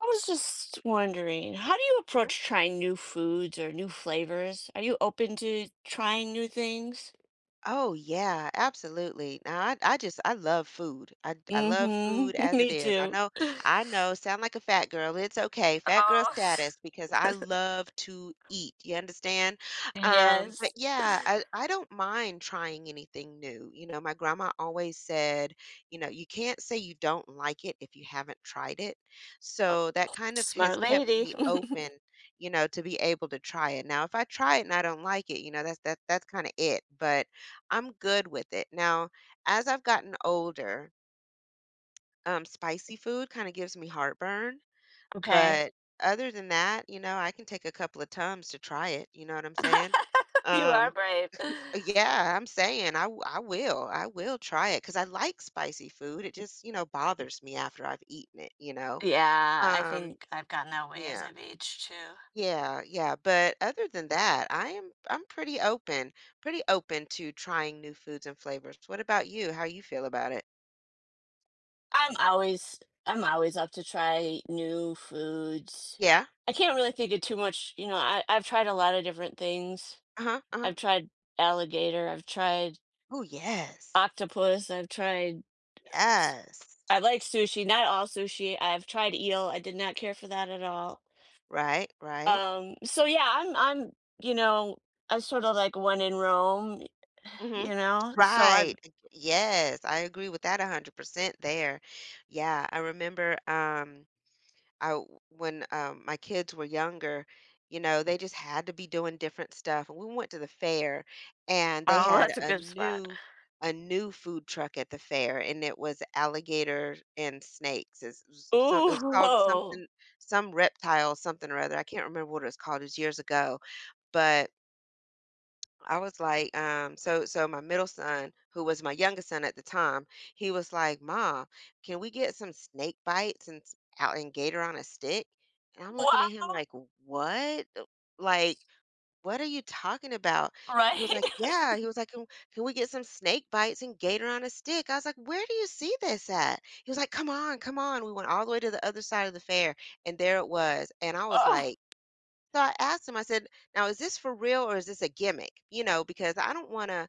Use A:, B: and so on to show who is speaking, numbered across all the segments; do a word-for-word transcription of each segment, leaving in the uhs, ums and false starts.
A: I was just wondering, how do you
B: Mhm.
A: approach trying new foods or new flavors? Are you open to trying new things?
B: Oh, yeah, absolutely. Now I I just I love food. I I love food
A: Mm-hmm.
B: as it
A: Me
B: is. I
A: too.
B: know I know sound like a fat girl. It's okay. Fat girl
A: Oh,
B: status because I love to eat. You understand? Um, but
A: yes.
B: yeah, I I don't mind trying anything new. You know, my grandma always said, you know, you can't say you don't like it if you haven't tried it. So that kind of
A: Smart
B: has kept
A: lady.
B: me open, you know, to be able to try it. Now, if I try it and I don't like it, you know, that's that that's kind of it. But I'm good with it. Now, as I've gotten older, um, spicy food kind of gives me heartburn,
A: Okay.
B: but other than that, you know, I can take a couple of Tums to try it. You know what I'm saying?
A: You are
B: Um,
A: brave.
B: yeah, I'm saying I, w- I will. I will try it because I like spicy food. It just, you know, bothers me after I've eaten it, you know?
A: Yeah, I
B: Um,
A: think I've gotten that way as
B: yeah.
A: I've aged too.
B: Yeah, yeah, but other than that, I am I'm pretty open, pretty open to trying new foods and flavors. What about you? How you feel about it?
A: I'm always I'm always up to try new foods.
B: Yeah.
A: I can't really think of too much, you know, I, I've tried a lot of different things.
B: Uh-huh, uh-huh.
A: I've tried alligator, I've tried
B: Oh, yes.
A: octopus, I've tried s-
B: Yes.
A: I like sushi, not all sushi. I've tried eel. I did not care for that at all.
B: Right, right.
A: Um so yeah, I'm I'm you know, I sort of like one in Rome,
B: Mhm.
A: you know. So I've
B: Right. Ag- Yes, I agree with that one hundred percent there. Yeah, I remember um I w- when um, my kids were younger, you know, they just had to be doing different stuff. And we went to the fair, and they
A: oh,
B: had
A: that's a
B: a
A: good spot.
B: new a new food truck at the fair, and it was alligator and snakes. It's- It was some it
A: Ooh.
B: was called
A: Whoa,
B: something some reptile something or other. I can't remember what it was called. It was years ago, but I was like, um, so so my middle son, who was my youngest son at the time, he was like, "Mom, can we get some snake bites and s- out and gator on a stick?" And I'm looking at him
A: wow.
B: like, "What? Uh, Like, what are you talking about?" He was
A: Right?
B: like, "Yeah." He was like, "Can, can we get some snake bites and gator on a stick?" I was like, "Where do you see this at?" He was like, "Come on, come on." We went all the way to the other side of the fair, and there it was. And I was
A: Oh.
B: like. So I asked him, I said, now is this for real or is this a gimmick? You know, because I don't want to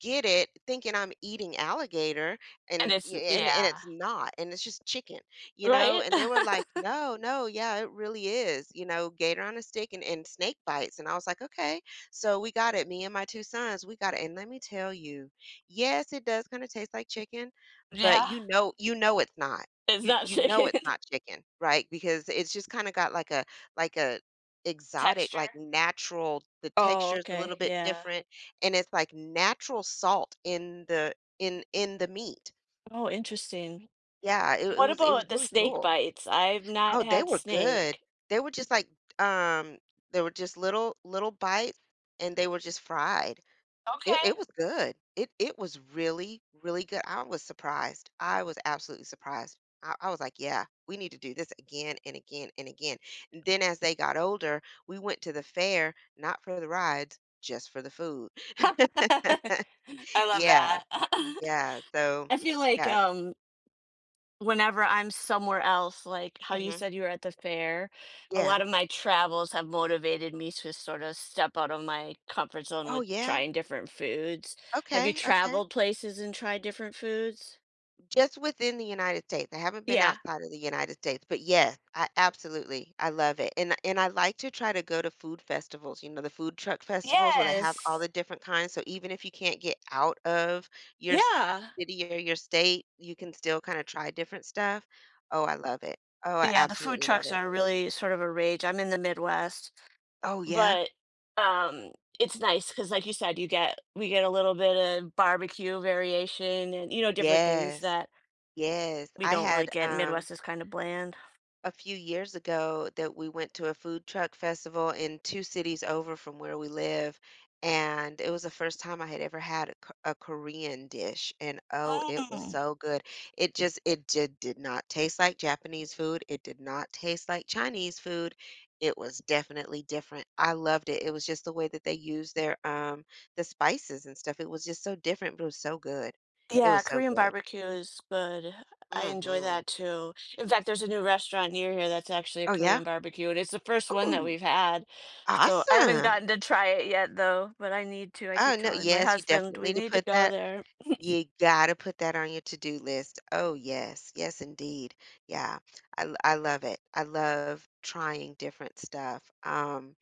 B: get it thinking I'm eating alligator
A: And
B: and
A: it's,
B: y- and and
A: yeah.
B: it's not and it's just chicken, you know?
A: Right?
B: And they were like, "No, no, yeah, it really is." You know, gator on a stick and, and snake bites. And I was like, "Okay." So we got it, me and my two sons, we got it. And let me tell you, yes, it does kind of taste like chicken, but
A: Yeah.
B: you know you know it's not.
A: It's
B: You
A: not
B: you know
A: chicken.
B: it's not chicken, right? Because it's just kind of got like a like a exotic like
A: Texture.
B: natural the
A: Oh,
B: texture is a
A: okay.
B: little bit
A: Yeah.
B: different and it's like natural salt in the in in the meat.
A: Oh, interesting.
B: Yeah, it it
A: What
B: was it was
A: about the
B: really
A: snake
B: cool.
A: bites? I've not
B: Oh, they
A: had
B: were good.
A: snake.
B: They were just like, um, they were just little little bites and they were just fried. It
A: Okay.
B: it was good. It it was really, really good. I was surprised. I was absolutely surprised. I, I was like, yeah, we need to do this again and again and again. And then as they got older, we went to the fair, not for the rides, just for the food.
A: I love
B: Yeah.
A: that.
B: Yeah, so
A: I feel like
B: yeah.
A: um whenever I'm somewhere else, like how you
B: Mhm.
A: said you were at the fair, a
B: Yeah.
A: lot of my travels have motivated me to sort of step out of my comfort zone
B: Oh,
A: with
B: yeah?
A: trying different foods. Have you
B: Okay, okay.
A: traveled places and tried different foods?
B: Just within the United States. I haven't been
A: Yeah.
B: outside of the United States, but yes, I absolutely, I love it, and and I like to try to go to food festivals, you know, the food truck festivals where they have all
A: Yes.
B: the different kinds, so even if you can't get out of your s-
A: Yeah.
B: city or your state, you can still kinda try different stuff. Oh, I love it. Oh, I
A: Yeah, the food
B: absolutely love
A: trucks
B: it.
A: are really sort of a rage. I'm in the Midwest.
B: Oh, yeah?
A: But um it's nice because like you said you get, we get a little bit of barbecue variation and, you know, different things
B: Yes.
A: that
B: Yes.
A: we
B: I
A: don't really
B: had,
A: get.
B: um
A: Midwest is kind of bland.
B: a few years ago that we went to a food truck festival in two cities over from where we live. And it was the first time I had ever had a, K- a Korean dish. And oh, it was
A: Mm.
B: so good. It just, it did, did not taste like Japanese food. It did not taste like Chinese food. It was definitely different. I loved it. It was just the way that they used their, um, the spices and stuff. It was just so different, but it was so good. It
A: Yeah,
B: was so
A: Korean
B: good.
A: barbecue is good. I enjoy
B: hmm
A: that too. In fact, there's a new restaurant near here that's actually a
B: Oh, yeah.
A: Korean barbecue, and it's the first one that
B: Oh,
A: we've had, so I haven't
B: awesome.
A: gotten to try it yet, though, but I need to. I keep
B: Oh, no
A: telling my
B: yes, you
A: husband
B: definitely
A: we
B: need to
A: need to
B: put
A: go
B: that
A: there.
B: you gotta put that on your to-do list. Oh, yes. Yes, indeed. Yeah. I l I love it. I love trying different stuff. Um,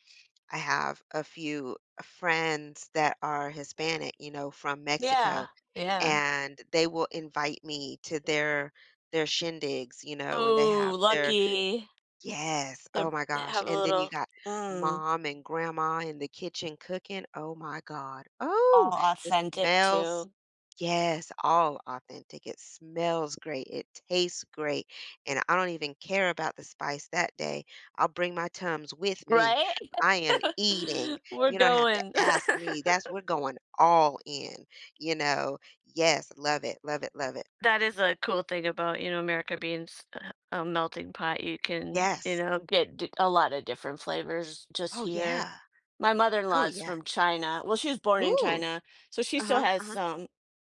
B: I have a few friends that are Hispanic, you know, from
A: Yeah,
B: Mexico,
A: yeah,
B: and they will invite me to their their shindigs, you know, when they
A: oh,
B: have their
A: lucky.
B: Yes.
A: They
B: Oh my gosh.
A: have a
B: And then you
A: little,
B: got
A: mm,
B: mom and grandma in the kitchen cooking. Oh my God.
A: all
B: Oh, the
A: authentic
B: smells.
A: too.
B: Yes, all authentic. It smells great. It tastes great. And I don't even care about the spice that day. I'll bring my Tums with me.
A: Right?
B: I am eating.
A: We're
B: You don't have to
A: going.
B: ask me. That's we're going all in, you know. Yes, love it. Love it. Love it.
A: That is a cool thing about, you know, America being s uh, a melting pot. You can, you
B: Yes.
A: know, get d a lot of different flavors just
B: Oh
A: here.
B: yeah.
A: My mother-in-law
B: Oh
A: is
B: yeah.
A: from China. Well, she was born in
B: Ooh.
A: China, so she still
B: Uh-huh.
A: has
B: Uh-huh.
A: some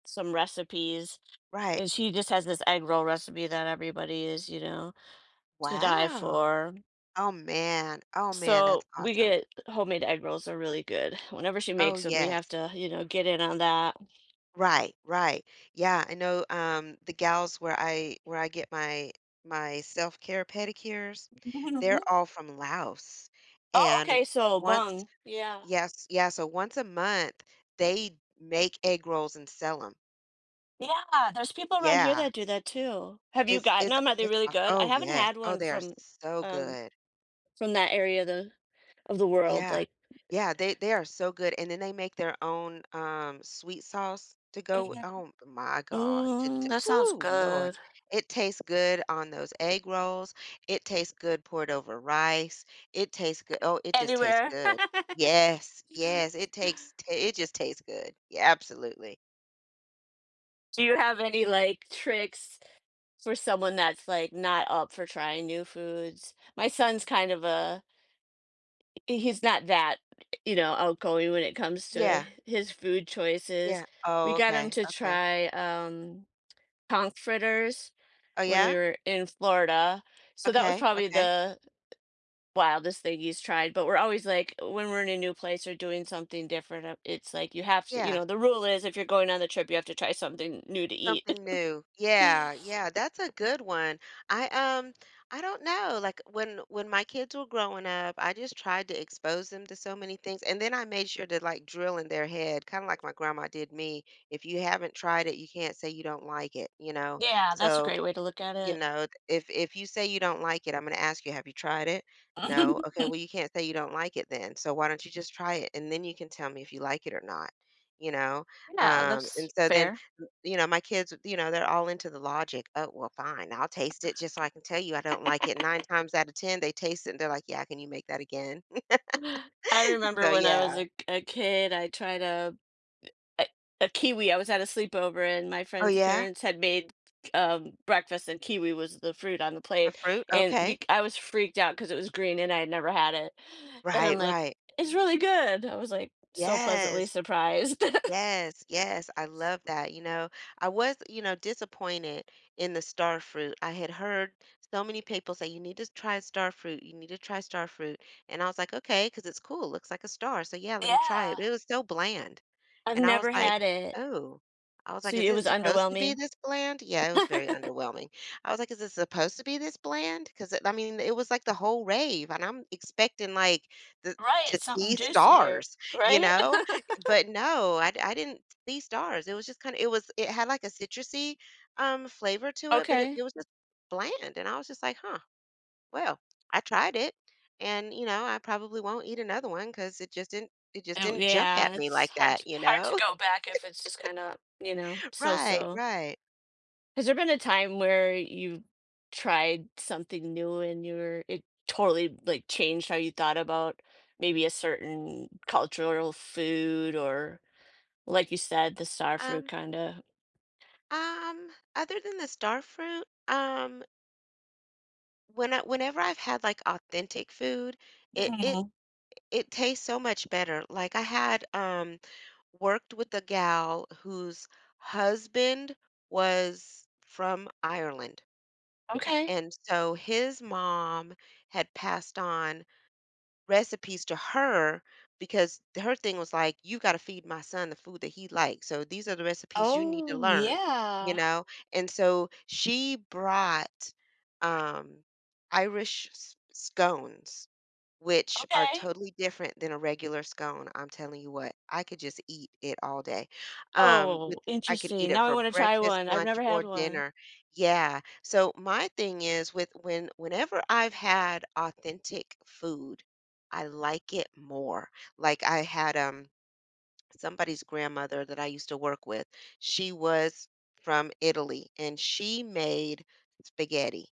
A: some recipes,
B: Right.
A: and she just has this egg roll recipe that everybody is, you know, to die
B: Wow.
A: for.
B: Oh, man. Oh, man, that's
A: So we
B: awesome.
A: get homemade egg rolls are really good. Whenever she
B: Oh,
A: makes them, we have
B: yes.
A: to, you know, get in on that.
B: Right, right. Yeah, I know, um, the gals where I where I get my my self-care pedicures, they're
A: Mhm.
B: all from Laos,
A: Oh,
B: and
A: okay. So
B: once
A: mung. Yeah.
B: yes, yeah, so once a month, they make egg rolls and sell them.
A: Yeah. There's people around here
B: Yeah.
A: that do that too. Have you
B: It's
A: gotten
B: it's
A: them? Are they
B: it's
A: really
B: aw
A: good? I
B: oh,
A: haven't
B: yes.
A: had
B: Oh,
A: one
B: they are
A: from
B: so
A: um
B: good.
A: from that area of the of the world.
B: Yeah.
A: Like,
B: Yeah, they they are so good, and then they make their own, um, sweet sauce to go with.
A: mhm.
B: Oh my god, to
A: Ooh,
B: to
A: that sounds
B: ooh, Lord.
A: good.
B: It tastes good on those egg rolls, it tastes good poured over rice, it tastes good oh, it just tastes
A: Anywhere.
B: good. Yes, yes, it takes ta it just tastes good. Yeah, absolutely.
A: Do you have any like tricks for someone that's like not up for trying new foods? My son's kind of a He's not that, you know, outgoing when it comes to
B: Yeah,
A: his food choices.
B: yeah.
A: We
B: Oh,
A: got him
B: okay,
A: to
B: okay.
A: try, um, conch fritters
B: Oh,
A: when we
B: yeah?
A: were in Florida, so that was
B: Okay,
A: probably
B: okay.
A: the wildest thing he's tried, but we're always like when we're in a new place or doing something different, uh, it's like you have to, you
B: Yeah.
A: know, the rule is if you're going on the trip, you have to try something new to eat.
B: Something new. Yeah, yeah, that's a good one. I um I don't know, like when when my kids were growing up, I just tried to expose them to so many things and then I made sure to like drill in their head, kind of like my grandma did me, if you haven't tried it, you can't say you don't like it, you know.
A: Yeah, that's a
B: So
A: great way to look at
B: you
A: it.
B: know, if if you say you don't like it, I'm gonna ask you, "Have you tried it?" "No." "Okay, well, you can't say you don't like it then, so why don't you just try it, and then you can tell me if you like it or not," you know?
A: Yeah,
B: Um, and
A: that's
B: so then,
A: fair.
B: you know, my kids, you know, they're all into the logic, "Oh, well, fine, I'll taste it just so I can tell you I don't like it." nine times out of ten, they taste it, and they're like, "Yeah, can you make that again?"
A: I remember
B: So,
A: when I was
B: yeah.
A: a, a kid, I tried a, a a kiwi. I was at a sleepover, and my
B: "Oh,
A: friend's
B: yeah?
A: parents had made um, breakfast, and kiwi was the fruit on the
B: The
A: plate.
B: fruit?
A: And be-
B: Okay."
A: I was freaked out because it was green, and I had never had it. And I'm
B: "Right,
A: like,
B: right."
A: "It's really good." I was like so pleasantly
B: "Yes."
A: surprised.
B: Yes, yes, I love that. You know, I was, you know, disappointed in the star fruit. I had heard so many people say, you need to try star fruit. You need to try star fruit." And I was like, okay, because it's cool, looks like a star. So yeah, let me try it. But
A: Yeah,
B: it was so bland.
A: I've
B: And I was
A: never
B: like,
A: had it,
B: "Oh." I was
A: so
B: like, "Is
A: it
B: it
A: was
B: supposed to be
A: underwhelming.
B: this bland?" Yeah, it was very underwhelming. I was like, "Is it supposed to be this bland? Because I mean, it was like the whole rave, and I'm expecting, like, the
A: Right,
B: to
A: something
B: see
A: juicy here.
B: stars, you
A: Right.
B: know? But no, I d- I didn't see stars. It was just kinda it was it had, like, a citrusy, um, flavor to it, but it
A: Okay.
B: it was just bland, and I was just like, "Huh, well, I tried it, and, you know, I probably won't eat another one because it just didn't it just
A: Oh,
B: didn't jump at
A: yeah,
B: me
A: it's
B: like
A: hard
B: that,"
A: t
B: you
A: hard to
B: know?
A: go back if it's just kinda, you know,
B: Right,
A: so-so.
B: right.
A: Has there been a time where you tried something new and you were it totally, like, changed how you thought about maybe a certain cultural food, or, like you said, the star fruit
B: Um,
A: kinda?
B: um, other than the star fruit, um, when I, whenever I've had like authentic food, it it
A: Mhm.
B: it tastes so much better. Like I had um worked with a gal whose husband was from Ireland.
A: Okay.
B: And so his mom had passed on recipes to her because her thing was like, "You gotta feed my son the food that he likes, so these are the recipes you need to
A: Oh,
B: learn," you
A: yeah.
B: know, and so she brought, um, Irish s scones which are
A: Okay.
B: totally different than a regular scone. I'm telling you what, I could just eat it all day. Um,
A: Oh,
B: with I could
A: interesting.
B: eat it
A: Now I
B: for
A: wanna try
B: breakfast,
A: one. I've
B: lunch,
A: never had
B: or
A: one.
B: dinner. Yeah. So my thing is with when whenever I've had authentic food, I like it more. Like I had um somebody's grandmother that I used to work with. She was from Italy and she made spaghetti.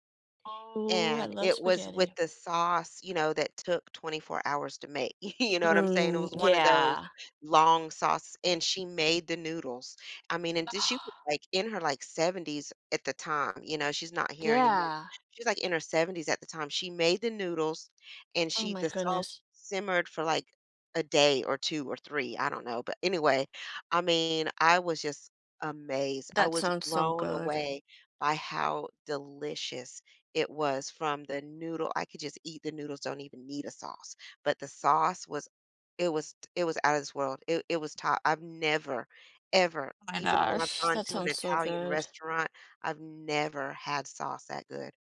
A: Oh, I
B: And
A: love
B: it was with
A: spaghetti.
B: the sauce, you know, that took twenty-four hours to make. You know what I'm saying? It
A: Mm,
B: was one of Yeah. those
A: yeah.
B: long sauce and she made the noodles. I mean, and she was like in her like seventies at the time, you know, she's not here anymore.
A: Yeah.
B: She's like in her seventies at the time. She made the noodles and
A: Oh
B: she
A: my
B: the sauce
A: goodness.
B: simmered for like a day or two or three, I don't know. But anyway, I mean, I was just amazed. I
A: That
B: was
A: sounds so
B: blown
A: good.
B: away by how delicious it was from the noodle I could just eat the noodles, don't even need a sauce, but the sauce was it was it was out of this world. It it was top. I've never, ever,
A: Oh my
B: even when I've
A: gosh,
B: gone
A: that
B: to an
A: sounds so
B: Italian
A: good.
B: restaurant, I've never had sauce that good.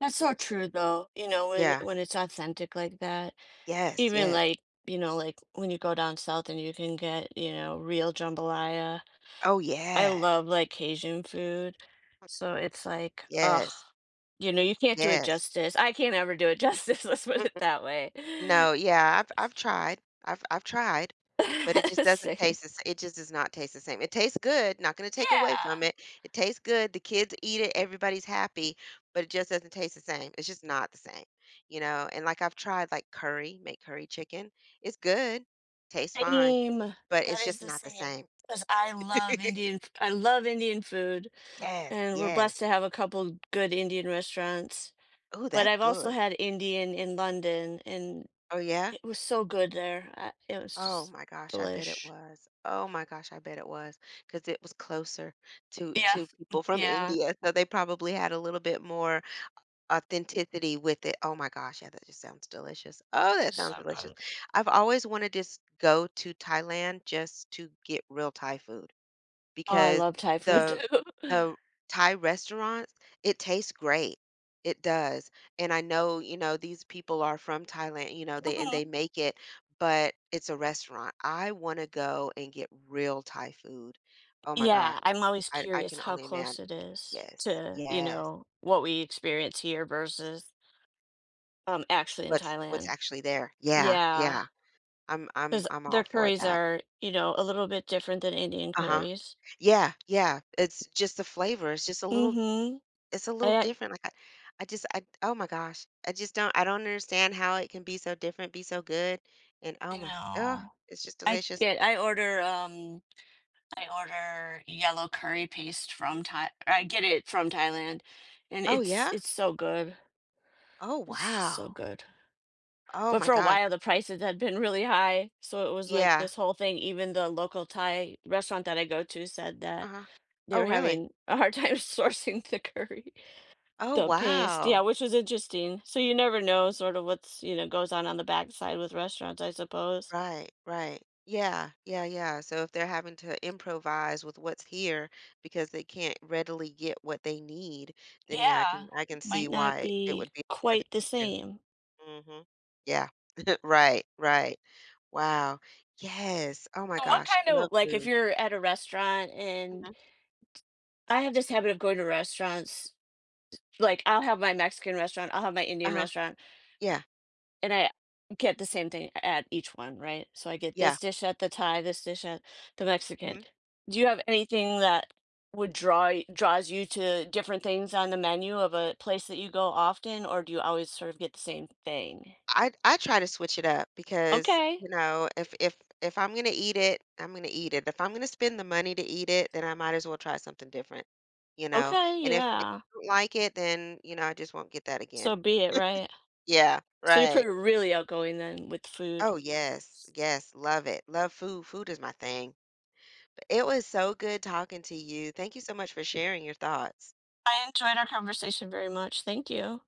A: That's so true though. You know, when it-
B: Yeah.
A: when it's authentic like that,
B: Yes,
A: even
B: yes.
A: like, you know, like when you go down south and you can get, you know, real jambalaya.
B: Oh,
A: I
B: yeah.
A: love like Cajun food. So it's like, ugh,
B: Yes,
A: you know, you can't do it
B: yes.
A: justice. I can't ever do it justice, let's put it that way.
B: No, yeah, I've I've tried. I've I've tried, but it just doesn't
A: Same.
B: taste the s it just does not taste the same. It tastes good, not gonna take away from
A: Yeah.
B: it. It tastes good, the kids eat it, everybody's happy, but it just doesn't taste the same. It's just not the same, you know? And, like, I've tried, like, curry, make curry chicken. It's good, tastes fine,
A: Same.
B: but
A: That
B: it's
A: is
B: just
A: the
B: not the
A: same.
B: same.
A: Because I love Indian, f- I love Indian food,
B: Yes,
A: and we're
B: yes.
A: blessed to have a couple good Indian restaurants.
B: Oh,
A: But
B: that's
A: I've also
B: good.
A: had Indian in London, and
B: Oh, yeah?
A: it was so good there. I, it was
B: Oh
A: just
B: my gosh, I bet it
A: delish.
B: was. Oh my gosh, I bet it was 'cause it was closer to
A: Yeah,
B: to people from
A: yeah,
B: India, so they probably had a little bit more authenticity with it. Oh my gosh, yeah, that just sounds delicious. Oh, that
A: it's so
B: sounds delicious.
A: good.
B: I've always wanted to s- go to Thailand just to get real Thai food
A: Oh, I
B: because
A: love Thai food
B: the
A: too.
B: the Thai restaurants, it tastes great. It does. And I know, you know, these people are from Thailand, you know, they and
A: Mhm.
B: they make it, but it's a restaurant. I want to go and get real Thai food. Oh my gosh.
A: Yeah, I'm always
B: I, I
A: curious
B: can
A: how
B: only imagine.
A: close it is
B: Yes.
A: to, you
B: Yes.
A: know, what we experience here versus um actually in
B: What's what's
A: Thailand.
B: actually there. Yeah.
A: Yeah.
B: Yeah. I'm I'm
A: Because
B: I'm
A: their
B: all for
A: curries
B: that.
A: are, you know, a little bit different than Indian
B: Uh-huh.
A: curries.
B: Yeah, yeah. It's just the flavor. It's just a little
A: Mhm.
B: it's a little
A: I
B: different. Like I, I just I oh my gosh. I just don't I don't understand how it can be so different, be so good. And oh
A: I
B: my oh,
A: know.
B: it's just
A: I
B: delicious.
A: get I order, um, I order yellow curry paste from Thai I get it from Thailand, and
B: Oh
A: it's
B: yeah?
A: it's so good.
B: Oh
A: It's just so
B: wow.
A: good.
B: Oh
A: But
B: my
A: for a
B: gosh.
A: while, the prices had been really high, so it was like
B: Yeah.
A: this whole thing, even the local Thai restaurant that I go to said that
B: Uh-huh.
A: they were
B: Oh really?
A: having a hard time sourcing the curry.
B: Oh
A: The paste, yeah,
B: wow.
A: which was interesting. So you never know sort of what's, you know, goes on on the backside with restaurants, I suppose.
B: Right, right. Yeah, yeah, yeah. So if they're having to improvise with what's here because they can't readily get what they need, then yeah, I
A: Yeah.
B: can I can see
A: Might not
B: why it
A: be
B: would be a bit of
A: quite the
B: an
A: same.
B: issue. hmm Yeah. Right, right. Wow. Yes. Oh my
A: So what
B: gosh,
A: kind of,
B: love
A: like, if
B: food.
A: you're at a restaurant and
B: Mhm.
A: I have this habit of going to restaurants, like I'll have my Mexican restaurant, I'll have my Indian
B: Uh-huh.
A: restaurant,
B: Yeah,
A: and I get the same thing at each one, right? So I get
B: yeah.
A: this dish at the Thai, this dish at the Mexican.
B: Mhm.
A: Do you have anything that would draw y- draws you to different things on the menu of a place that you go often, or do you always sort of get the same thing?
B: I I try to switch it up because,
A: Okay,
B: you know, if if if I'm gonna eat it, I'm gonna eat it. If I'm gonna spend the money to eat it, then I might as well try something different, you know?
A: okay,
B: And if if
A: yeah.
B: I don't like it, then, you know, I just won't get that
A: So
B: again.
A: be it, right?
B: Yeah,
A: So you're
B: right.
A: pretty, really outgoing then with food.
B: Oh, yes. Yes, love it. Love food. Food is my thing. It was so good talking to you. Thank you so much for sharing your thoughts.
A: I enjoyed our conversation very much. Thank you.